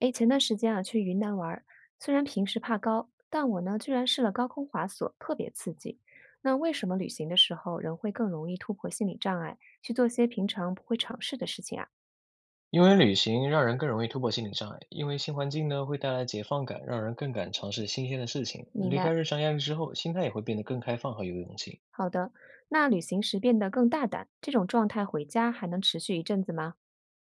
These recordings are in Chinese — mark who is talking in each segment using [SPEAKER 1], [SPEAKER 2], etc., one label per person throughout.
[SPEAKER 1] 诶，前段时间啊，去云南玩儿，虽然平时怕高，但我呢，居然试了高空滑索，特别刺激。那为什么旅行的时候人会更容易突破心理障碍，去做些平常不会尝试的事情啊？
[SPEAKER 2] 因为旅行让人更容易突破心理障碍，因为新环境呢会带来解放感，让人更敢尝试新鲜的事情。
[SPEAKER 1] 明
[SPEAKER 2] 离
[SPEAKER 1] 白。
[SPEAKER 2] 开日常压力之后，心态也会变得更开放和有勇气。
[SPEAKER 1] 好的，那旅行时变得更大胆，这种状态回家还能持续一阵子吗？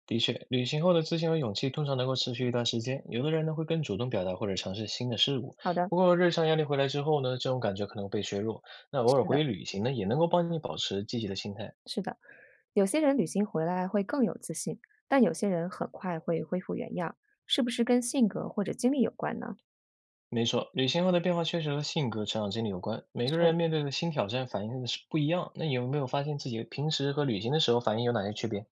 [SPEAKER 2] 的确，旅行后的自信和勇气通常能够持续一段时间，有的人呢会更主动表达或者尝试新的事物。
[SPEAKER 1] 好的，
[SPEAKER 2] 不过，日常压力回来之后呢，这种感觉可能被削弱。那偶尔
[SPEAKER 1] 是的，
[SPEAKER 2] 回忆旅行呢，也能够帮你保持积极的心态。
[SPEAKER 1] 是的。有些人旅行回来会更有自信，但有些人很快会恢复原样，是不是跟性格或者经历有关呢？
[SPEAKER 2] 没错，旅行后的变化确实和性格、成长经历有关。每个人
[SPEAKER 1] 是。
[SPEAKER 2] 面对的新挑战反应的是不一样。那你有没有发现自己平时和旅行的时候反应有哪些区别？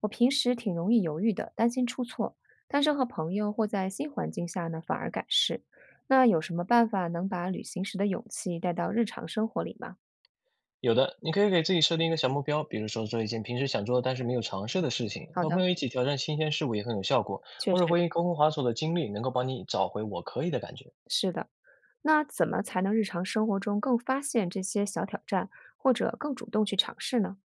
[SPEAKER 1] 我平时挺容易犹豫的，担心出错，但是和朋友或在新环境下呢，反而敢试。那有什么办法能把旅行时的勇气带到日常生活里吗？
[SPEAKER 2] 有的，你可以给自己设定一个小目标，比如说做一件平时想做但是没有尝试的事情，
[SPEAKER 1] 好
[SPEAKER 2] 和朋
[SPEAKER 1] 的，
[SPEAKER 2] 友一起挑战新鲜事物也很有效果。
[SPEAKER 1] 确
[SPEAKER 2] 或者
[SPEAKER 1] 实
[SPEAKER 2] 回忆高空滑索的经历，能够帮你找回“我可以”的感觉。
[SPEAKER 1] 是的。那怎么才能日常生活中更发现这些小挑战，或者更主动去尝试呢？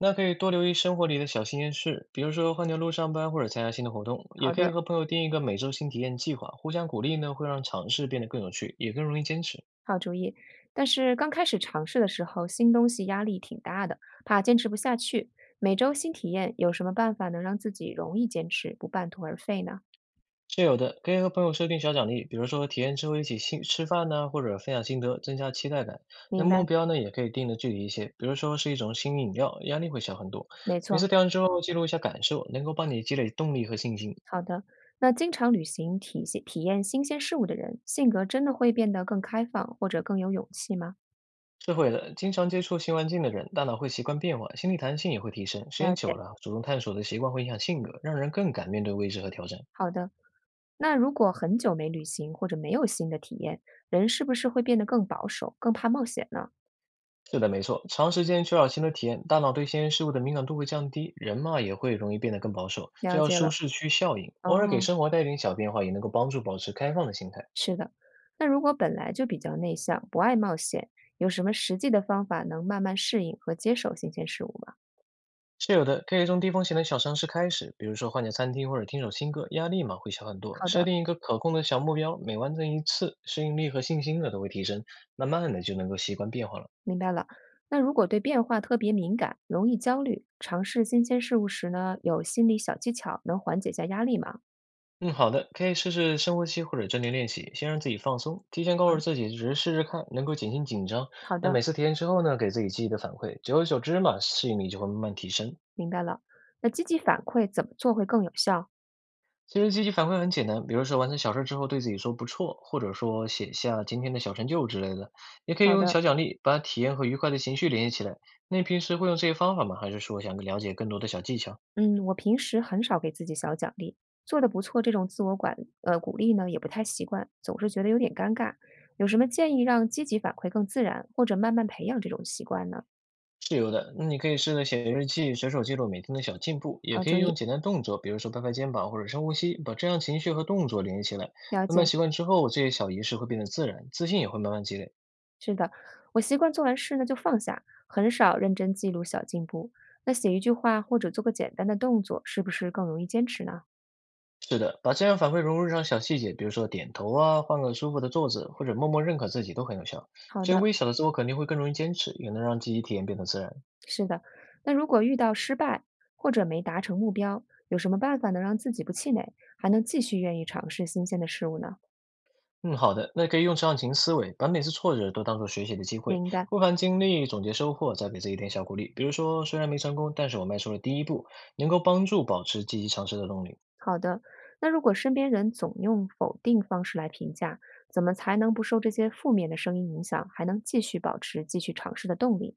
[SPEAKER 2] 那可以多留意生活里的小新鲜事，比如说换条路上班或者参加新的活动，也
[SPEAKER 1] 好
[SPEAKER 2] 可以
[SPEAKER 1] 的，
[SPEAKER 2] 和朋友定一个每周新体验计划，互相鼓励呢，会让尝试变得更有趣，也更容易坚持。
[SPEAKER 1] 好主意。但是刚开始尝试的时候，新东西压力挺大的，怕坚持不下去。每周新体验，有什么办法能让自己容易坚持，不半途而废呢？
[SPEAKER 2] 是有的，可以和朋友设定小奖励，比如说体验之后一起新吃饭呢，或者分享心得，增加期待感。那
[SPEAKER 1] 明白，
[SPEAKER 2] 目标呢，也可以定的具体一些，比如说是一种新饮料，压力会小很多。
[SPEAKER 1] 没
[SPEAKER 2] 每
[SPEAKER 1] 错。
[SPEAKER 2] 次调完之后记录一下感受，能够帮你积累动力和信心。
[SPEAKER 1] 好的，那经常旅行体系体验新鲜事物的人，性格真的会变得更开放或者更有勇气吗？
[SPEAKER 2] 是会的，经常接触新环境的人，大脑会习惯变化，心理弹性也会提升。时
[SPEAKER 1] 了
[SPEAKER 2] 间久
[SPEAKER 1] 解，
[SPEAKER 2] 了，主动探索的习惯会影响性格，让人更敢面对未知和挑战。
[SPEAKER 1] 好的。那如果很久没旅行或者没有新的体验，人是不是会变得更保守、更怕冒险呢？
[SPEAKER 2] 是的，没错，长时间缺少新的体验，大脑对新鲜事物的敏感度会降低，人嘛也会容易变得更保守，这
[SPEAKER 1] 了
[SPEAKER 2] 叫
[SPEAKER 1] 解
[SPEAKER 2] 舒
[SPEAKER 1] 了，
[SPEAKER 2] 适区效应。偶尔给
[SPEAKER 1] 哦，
[SPEAKER 2] 生活带点小变化，也能够帮助保持开放的心态。
[SPEAKER 1] 是的。那如果本来就比较内向，不爱冒险，有什么实际的方法能慢慢适应和接受新鲜事物吗？
[SPEAKER 2] 是有的，可以从低风险的小尝试开始，比如说换家餐厅或者听首新歌，压力嘛会小很多。
[SPEAKER 1] 好
[SPEAKER 2] 设
[SPEAKER 1] 的。
[SPEAKER 2] 定一个可控的小目标，每完成一次，适应力和信心呢都会提升，慢慢的就能够习惯变化了。
[SPEAKER 1] 明白了。那如果对变化特别敏感，容易焦虑，尝试新鲜事物时呢，有心理小技巧能缓解一下压力吗？
[SPEAKER 2] 嗯，好的，可以试试深呼吸或者正念练习，先让自己放松。提前告
[SPEAKER 1] 好，
[SPEAKER 2] 诉自己，只是试试看，能够减轻紧张。
[SPEAKER 1] 好
[SPEAKER 2] 那
[SPEAKER 1] 的，
[SPEAKER 2] 每次体验之后呢，给自己积极的反馈，久而久之嘛，适应力就会慢慢提升。
[SPEAKER 1] 明白了。那积极反馈怎么做会更有效？
[SPEAKER 2] 其实积极反馈很简单，比如说完成小事之后对自己说不错，或者说写下今天的小成就之类的，也可以
[SPEAKER 1] 好
[SPEAKER 2] 用
[SPEAKER 1] 的，
[SPEAKER 2] 小奖励把体验和愉快的情绪联系起来。那你平时会用这些方法吗？还是说想了解更多的小技巧？
[SPEAKER 1] 嗯，我平时很少给自己小奖励，做的不错这种自我管鼓励呢，也不太习惯，总是觉得有点尴尬。有什么建议让积极反馈更自然，或者慢慢培养这种习惯呢？
[SPEAKER 2] 是有的，那你可以试着写日记，随手记录每天的小进步，也
[SPEAKER 1] 好，
[SPEAKER 2] 可
[SPEAKER 1] 注
[SPEAKER 2] 以用
[SPEAKER 1] 意，
[SPEAKER 2] 简单动作，比如说拍拍肩膀或者深呼吸，把正向情绪和动作联系起来。
[SPEAKER 1] 了
[SPEAKER 2] 慢慢
[SPEAKER 1] 解。
[SPEAKER 2] 习惯之后，这些小仪式会变得自然，自信也会慢慢积累。
[SPEAKER 1] 是的，我习惯做完事呢就放下，很少认真记录小进步。那写一句话或者做个简单的动作，是不是更容易坚持呢？
[SPEAKER 2] 是的，把正向反馈融入日常小细节，比如说点头啊，换个舒服的坐姿，或者默默认可自己都很有效。
[SPEAKER 1] 好
[SPEAKER 2] 这些
[SPEAKER 1] 的，
[SPEAKER 2] 微小的自我肯定会更容易坚持，也能让记忆体验变得自然。
[SPEAKER 1] 是的。那如果遇到失败或者没达成目标，有什么办法能让自己不气馁，还能继续愿意尝试新鲜的事物呢？
[SPEAKER 2] 嗯，好的，那可以用成长型思维，把每次挫折都当做学习的机会，
[SPEAKER 1] 明白。
[SPEAKER 2] 复盘经历，总结收获，再给自己一点小鼓励。比如说，虽然没成功，但是我迈出了第一步，能够帮助保持积极尝试的动力。
[SPEAKER 1] 好的。那如果身边人总用否定方式来评价，怎么才能不受这些负面的声音影响，还能继续保持继续尝试的动力？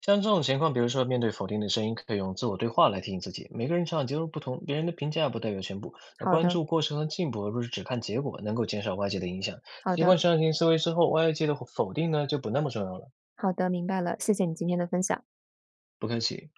[SPEAKER 2] 像这种情况，比如说面对否定的声音，可以用自我对话来提醒自己，每个人成长节奏不同，别人的评价不代表全部。那
[SPEAKER 1] 好
[SPEAKER 2] 关
[SPEAKER 1] 的，
[SPEAKER 2] 注过程和进步，而不是只看结果，能够减少外界的影响。
[SPEAKER 1] 好
[SPEAKER 2] 习
[SPEAKER 1] 的。
[SPEAKER 2] 惯成长型思维之后，外界的否定呢就不那么重要了。
[SPEAKER 1] 好的，明白了，谢谢你今天的分享。
[SPEAKER 2] 不客气。